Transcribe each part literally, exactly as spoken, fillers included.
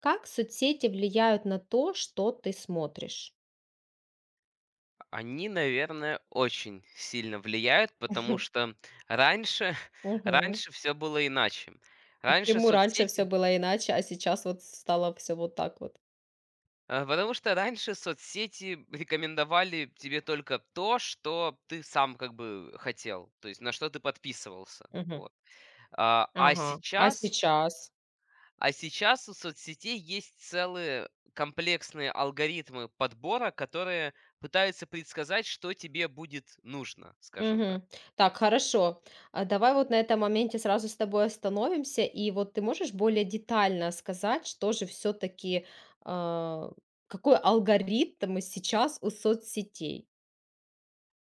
Как соцсети влияют на то, что ты смотришь? Они, наверное, очень сильно влияют, потому что раньше Мгм. раньше все было иначе. Раньше Почему раньше все соцсети было иначе, а сейчас вот стало все вот так вот? Э, потому что раньше соцсети рекомендовали тебе только то, что ты сам как бы хотел, то есть на что ты подписывался. Мгм. Вот. А а Ага. А сейчас сейчас? а сейчас у соцсетей есть целые комплексные алгоритмы подбора, которые пытаются предсказать, что тебе будет нужно, скажем так. Мгм. Так, хорошо. А давай вот на этом моменте сразу с тобой остановимся. И вот ты можешь более детально сказать, что же все таки какой алгоритм сейчас у соцсетей?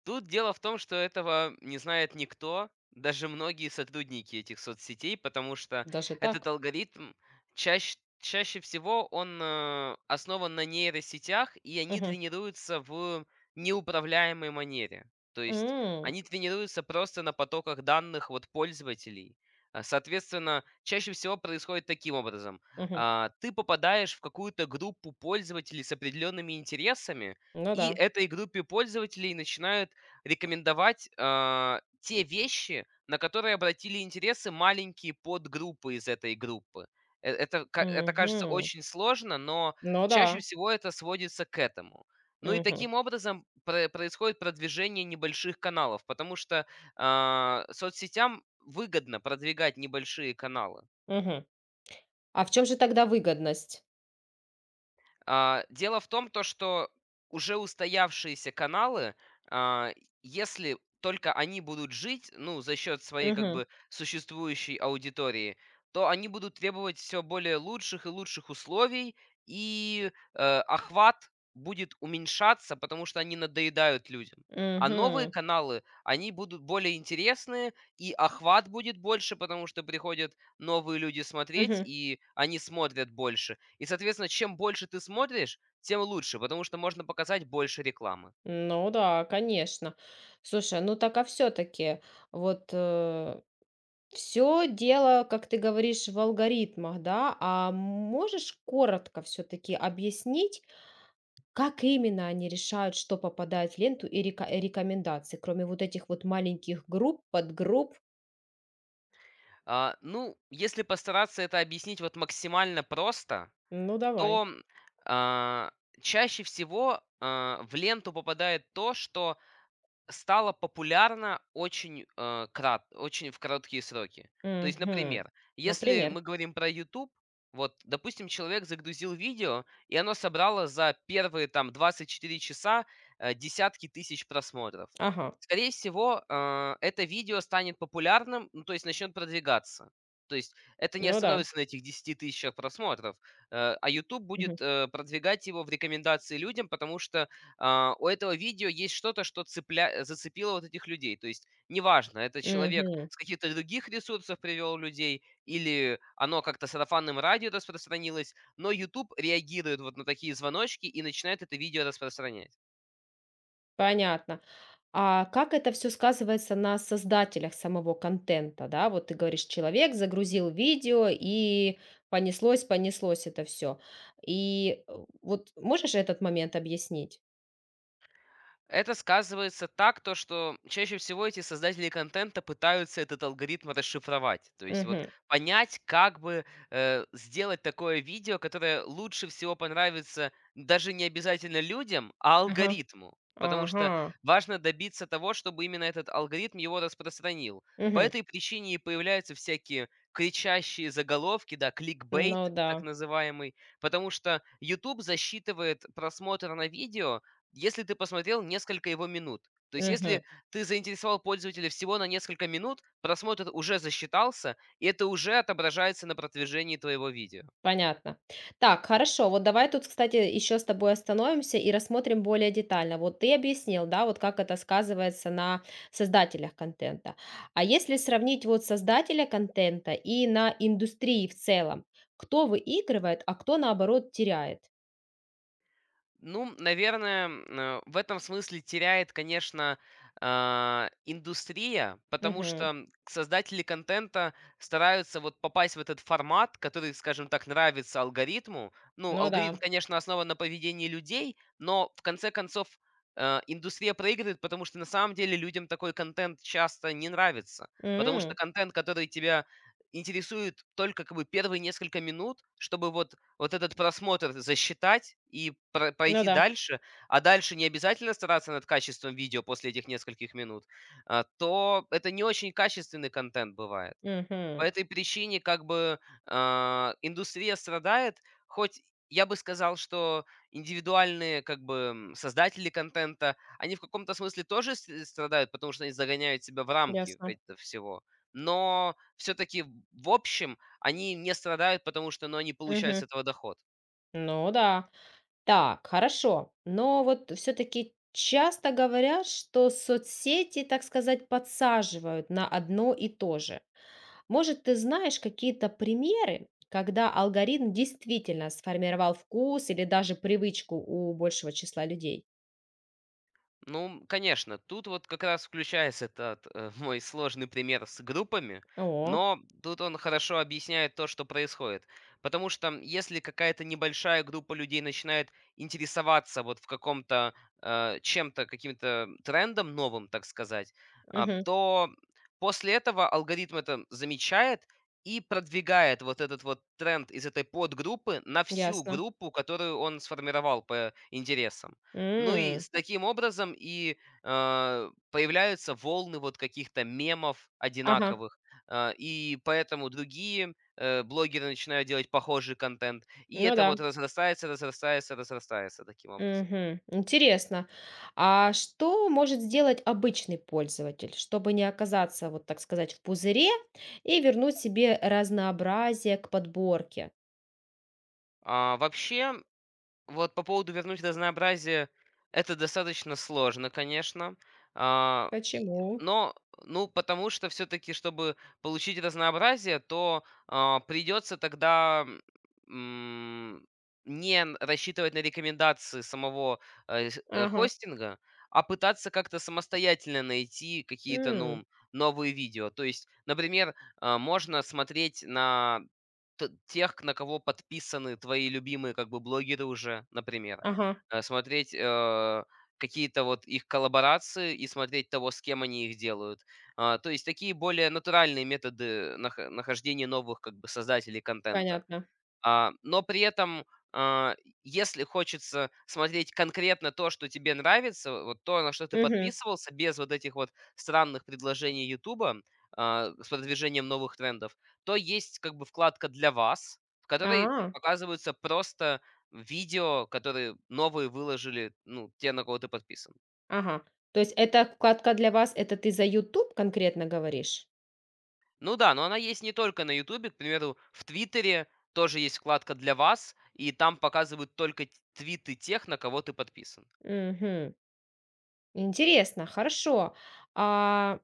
Тут дело в том, что этого не знает никто, даже многие сотрудники этих соцсетей, потому что Даже этот так? алгоритм чаще, чаще всего он э, основан на нейросетях, и они Мгм. тренируются в неуправляемой манере. То есть М, они тренируются просто на потоках данных вот пользователей. А, Соответственно, чаще всего происходит таким образом. мгм. А, Ты попадаешь в какую-то группу пользователей с определенными интересами, Ну и да. этой группе пользователей начинают рекомендовать, а, те вещи, на которые обратили интересы маленькие подгруппы из этой группы. Э, это ка это кажется Мгм. очень сложно, но Ну чаще да. всего это сводится к этому. Ну и Мгм, таким образом про происходит продвижение небольших каналов, потому что, а, соцсетям выгодно продвигать небольшие каналы. мгм. А в чем же тогда выгодность? А, дело в том, то, что уже устоявшиеся каналы, а, если только они будут жить, ну, за счет своей как Мгм, бы существующей аудитории, то они будут требовать все более лучших и лучших условий, и э, охват будет уменьшаться, потому что они надоедают людям. А новые мгм, каналы, они будут более интересные, и охват будет больше, потому что приходят новые люди смотреть, мгм. и они смотрят больше. И, соответственно, чем больше ты смотришь, тем лучше, потому что можно показать больше рекламы. Ну да, конечно. Слушай, ну так а все таки вот, все дело, как ты говоришь, в алгоритмах, да? А можешь коротко все таки объяснить, как именно они решают, что попадает в ленту и река и рекомендации, кроме вот этих вот маленьких групп, подгрупп? А, ну, если постараться это объяснить вот максимально просто, Ну давай. то а, чаще всего а, в ленту попадает то, что стало популярно очень, э, крат очень в короткие сроки. То есть, Мгм. например, если Например. мы говорим про YouTube вот, допустим, человек загрузил видео, и оно собрало за первые, там, 24 часа, э, десятки тысяч просмотров. Ага. Скорее всего, э, это видео станет популярным, ну, то есть начнет продвигаться. То есть это не Ну да. остановится на этих десяти тысячах просмотров, э, а YouTube Угу. будет, э, продвигать его в рекомендации людям, потому что а, у этого видео есть что-то, что цепля... зацепило вот этих людей. То есть неважно, это человек с каких-то других ресурсов привел людей, или оно как-то сарафанным радио распространилось, но YouTube реагирует вот на такие звоночки и начинает это видео распространять. Понятно. А как это все сказывается на создателях самого контента, да? Вот ты говоришь, человек загрузил видео, и понеслось, понеслось это все. И, э, вот можешь этот момент объяснить? Это сказывается так, то что чаще всего эти создатели контента пытаются этот алгоритм расшифровать. То есть вот Мгм. понять, как бы э, сделать такое видео, которое лучше всего понравится даже не обязательно людям, а Ага. алгоритму. Потому Ага. что важно добиться того, чтобы именно этот алгоритм его распространил. По Мгм. этой причине и появляются всякие кричащие заголовки, да, Ну кликбейт да. так называемый, потому что YouTube засчитывает просмотр на видео, если ты посмотрел несколько его минут. То есть если ты заинтересовал пользователя всего на несколько минут, просмотр уже засчитался, и это уже отображается на продвижении твоего видео. Понятно. Так, хорошо. Вот давай тут, кстати, еще с тобой остановимся и рассмотрим более детально. Вот ты объяснил, да, вот как это сказывается на создателях контента. А если сравнить вот создателя контента и на индустрии в целом, кто выигрывает, а кто наоборот теряет? Ну, наверное, э, в этом смысле теряет, конечно, а, индустрия, потому Мгм. что создатели контента стараются вот попасть в этот формат, который, скажем так, нравится алгоритму. Ну, Ну алгоритм, да. конечно, основан на поведении людей, но в конце концов э, индустрия проигрывает, потому что на самом деле людям такой контент часто не нравится, потому что М, контент, который тебя интересует только как бы первые несколько минут, чтобы вот вот этот просмотр засчитать и про ну пройти да. дальше, а дальше не обязательно стараться над качеством видео после этих нескольких минут, а, то это не очень качественный контент бывает. По Мгм. этой причине как бы, а, индустрия страдает, хоть я бы сказал, что индивидуальные как бы, м, создатели контента, они в каком-то смысле тоже с э, страдают, потому что они загоняют себя в рамки Ясно. этого всего. Но все-таки в общем они не страдают, потому что, ну, они получают с Мгм. этого доход. Ну да. Так, хорошо. Но вот все-таки часто говорят, что соцсети, так сказать, подсаживают на одно и то же. Может, ты знаешь какие-то примеры, когда алгоритм действительно сформировал вкус или даже привычку у большего числа людей? Ну, конечно, тут вот как раз включается этот э, мой сложный пример с группами, О, но тут он хорошо объясняет то, что происходит. Потому что если какая-то небольшая группа людей начинает интересоваться вот в каком-то э, чем-то, каким-то трендом новым, так сказать, а, мгм, то после этого алгоритм это замечает и продвигает вот этот вот тренд из этой подгруппы на всю ясно. группу, которую он сформировал по интересам. Ну и М, с таким образом и, а, появляются волны вот каких-то мемов ага, одинаковых, а, и поэтому другие, э, блогеры начинают делать похожий контент, и ну это да. вот разрастается, разрастается, разрастается таким образом. Мгм. Интересно. А что может сделать обычный пользователь, чтобы не оказаться, вот так сказать, в пузыре и вернуть себе разнообразие к подборке? А, вообще, вот по поводу вернуть разнообразие — это достаточно сложно, конечно. А, и Почему? но, ну, потому что все таки чтобы получить разнообразие, то, а, придется тогда, м, не н рассчитывать на рекомендации самого, э, с э, Ага. хостинга, а пытаться как-то самостоятельно найти какие-то, М, ну, новые видео. То есть, например, а, можно смотреть на Т тех, к на кого подписаны твои любимые как бы блогеры уже, например. ага, Э, смотреть, э, какие-то вот их коллаборации и смотреть того, с кем они их делают. А, то есть такие более натуральные методы нах нахождения новых как бы создателей контента. понятно. А, но при этом, а, если хочется смотреть конкретно то, что тебе нравится, вот то, на что ты Мгм. подписывался, без вот этих вот странных предложений "Ютуба", а, с продвижением новых трендов, то есть как бы вкладка "Для вас", в которой А, показываются просто видео, которые новые выложили, ну, те, на кого ты подписан. ага. То есть эта вкладка для вас, это ты за YouTube конкретно говоришь? Ну да, но она есть не только на "Ютубе", к примеру, в "Твиттере" тоже есть вкладка "Для вас", и там показывают только т твиты тех, на кого ты подписан. Мгм. Интересно, хорошо. А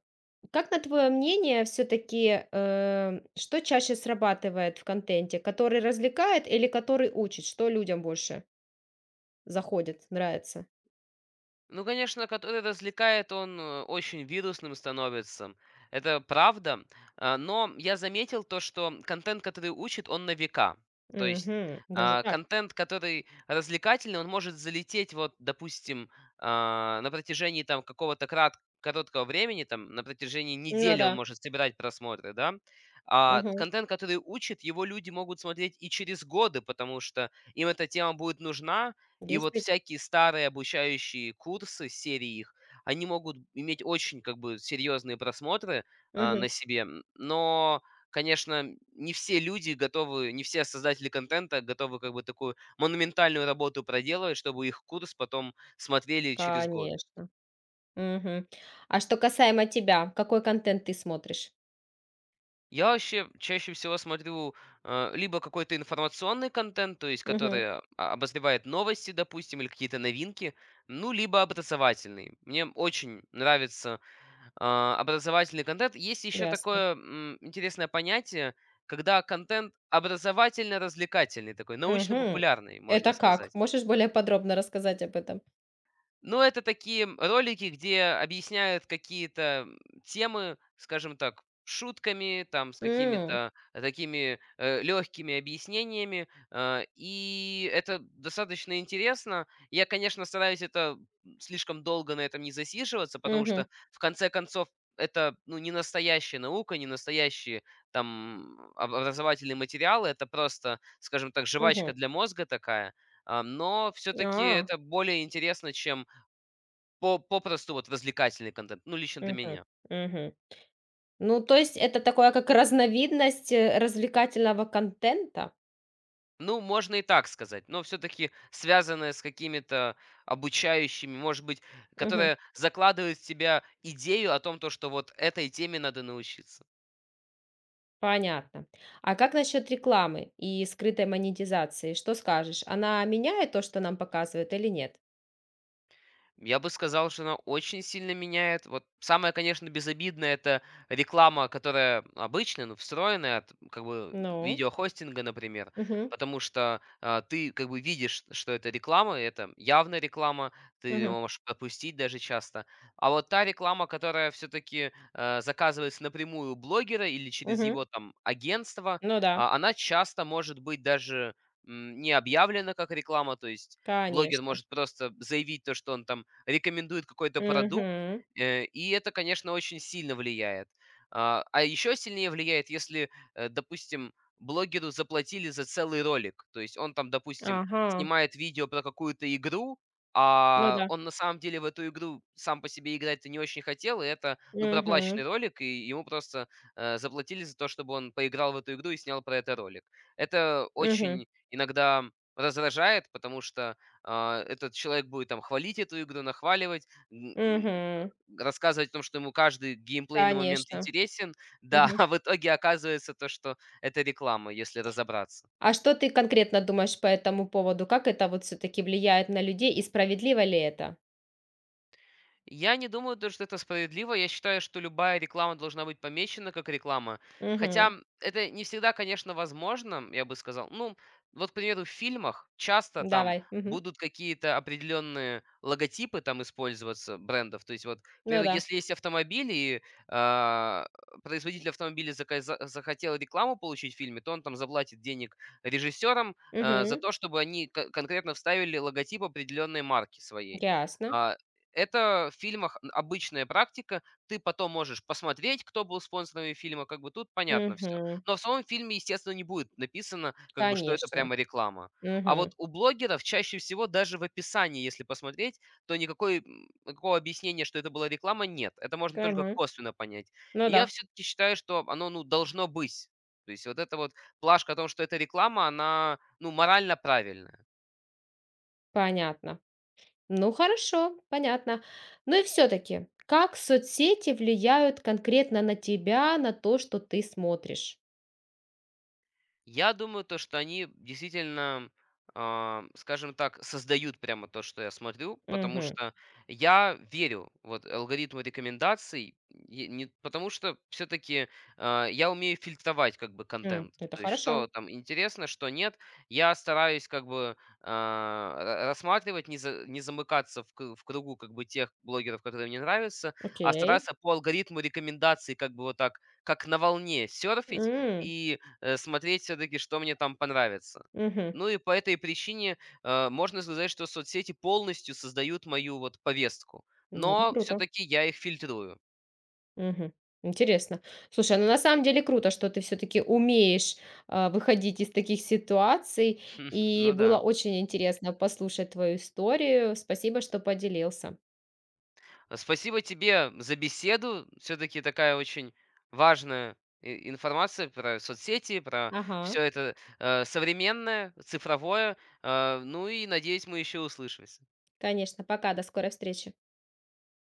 как, на твое мнение, все-таки, что чаще срабатывает в контенте, который развлекает или который учит? Что людям больше заходит, нравится? Ну, конечно, который развлекает, он э, очень вирусным становится. Это правда. А, Но я заметил то, что контент, который учит, он на века. То есть Мгм. Даже а, так. контент, который развлекательный, он может залететь, вот, допустим, а, на протяжении там какого-то крат короткого времени, там, на протяжении Ну недели он да. может собирать просмотры, да, а Мгм. контент, который учит, его люди могут смотреть и через годы, потому что им эта тема будет нужна, и вот Действительно. всякие старые обучающие курсы, серии их, они могут иметь очень как бы серьезные просмотры, а, Мгм. на себе. М, но, конечно, не все люди готовы, не все создатели контента готовы как бы такую монументальную работу проделывать, чтобы их курс потом смотрели через год. Конечно. Мгм. А что касаемо тебя, какой контент ты смотришь? Я вообще чаще всего смотрю, э, либо какой-то информационный контент, то есть Мгм. который а, обозревает новости, допустим, или какие-то новинки, ну, либо образовательный. Мне очень нравится а, образовательный контент. Есть еще Ясно. такое м, интересное понятие, когда контент образовательно-развлекательный, такой Мгм. научно-популярный, можно Это как? сказать. Можешь более подробно рассказать об этом? Ну, это такие ролики, где объясняют какие-то темы, скажем так, шутками, там, с М. какими-то э, такими легкими объяснениями. э, И это достаточно интересно. Я, конечно, стараюсь это слишком долго на этом не засиживаться, потому Мгм. что, в конце концов, это, ну, не настоящая наука, не настоящие там об- образовательные материалы, это просто, скажем так, жвачка Мгм. для мозга такая. А, Но все-таки А. это более интересно, чем по попросту вот развлекательный контент, ну, лично для Мгм. меня. Мгм. Ну, то есть это такое, как разновидность, э, развлекательного контента? Ну, можно и так сказать, но все таки связанное с какими-то обучающими, может быть, Мгм. которая закладывает в тебя идею о том, то что вот этой теме надо научиться. Понятно. А как насчет рекламы и скрытой монетизации? Что скажешь? Она меняет то, что нам показывают, или нет? Я бы сказал, что она очень сильно меняет. Вот самое, конечно, безобидное — это реклама, которая обычная, ну, встроенная от, как бы, Ну, видеохостинга, например. мгм, Потому что, а, ты, как бы, видишь, что это реклама, и это явная реклама, ты мгм, её можешь пропустить даже часто. А вот та реклама, которая все таки заказывается напрямую у блогера или через мгм. его, там, агентство, Ну да, а, она часто может быть даже, м, не объявлена как реклама. То есть блогер конечно. может просто заявить то, что он, там, рекомендует какой-то продукт, Мгм. э, и это, конечно, очень сильно влияет. А а еще сильнее влияет, если, э, допустим, блогеру заплатили за целый ролик. То есть он там, допустим, Ага. снимает видео про какую-то игру, Ну а да. он на самом деле в эту игру сам по себе играть-то не очень хотел, и это, ну, Мгм, проплаченный ролик, и ему просто, э, заплатили за то, чтобы он поиграл в эту игру и снял про это ролик. Это мгм, очень иногда раздражает, потому что, а, этот человек будет там хвалить эту игру, нахваливать, н- н- мгм. рассказывать о том, что ему каждый геймплейный момент Конечно. интересен. Да, Мгм. а в итоге оказывается то, что это реклама, если разобраться. А что ты конкретно думаешь по этому поводу? Как это вот все-таки влияет на людей и справедливо ли это? Я не думаю, то, что это справедливо. Я считаю, что любая реклама должна быть помечена как реклама. Хотя Мгм. это не всегда, конечно, возможно, я бы сказал. Ну, вот, к примеру, в фильмах часто там Давай. Мгм. будут какие-то определенные логотипы там использоваться брендов. То есть вот, к Ну примеру, да. если есть автомобиль, и а, производитель автомобиля зака- захотел рекламу получить в фильме, то он там заплатит денег режиссерам э, за Мгм. то, чтобы они ко- конкретно вставили логотип определенной марки своей. Ясно. А, это в фильмах обычная практика. Ты потом можешь посмотреть, кто был спонсорами фильма, как бы тут понятно все. Мгм. Но в самом фильме, естественно, не будет написано, как бы, что это Конечно. прямо реклама. А Мгм. вот у блогеров чаще всего даже в описании, если посмотреть, то никакой, м, никакого объяснения, что это была реклама, нет. Это можно только Мгм. косвенно понять. Ну И да, я все-таки считаю, что оно, ну, должно быть. То есть вот эта вот плашка о том, что это реклама, она, ну, морально правильная. понятно. Ну хорошо, понятно. Ну и все-таки, как соцсети влияют конкретно на тебя, на то, что ты смотришь? Я думаю, то, что они действительно, а, скажем так, создают прямо то, что я смотрю, потому Мгм. что я верю вот алгоритму рекомендаций, и не, потому что все-таки я умею фильтровать как бы М. контент, Это то есть хорошо. что там интересно, что нет, я стараюсь как бы а, ра- рассматривать, не, за- не замыкаться в, кру- в кругу как бы тех блогеров, которые мне нравятся, а Окей. стараться по алгоритму рекомендаций как бы вот так, как на волне серфить М. и э, смотреть все-таки, что мне там понравится. Мгм. Ну и по этой причине э, можно сказать, что соцсети полностью создают мою вот повестку. Ну, это Но круто. все-таки я их фильтрую. Мгм. Интересно. Слушай, ну на самом деле круто, что ты все-таки умеешь а, выходить из таких ситуаций. И Ну было да. очень интересно послушать твою историю. Спасибо, что поделился. А Спасибо тебе за беседу. Все-таки такая очень важная и- информация про соцсети, про Ага, все это э, современное, цифровое. Э, ну и надеюсь, мы еще услышимся. конечно. Пока, до скорой встречи.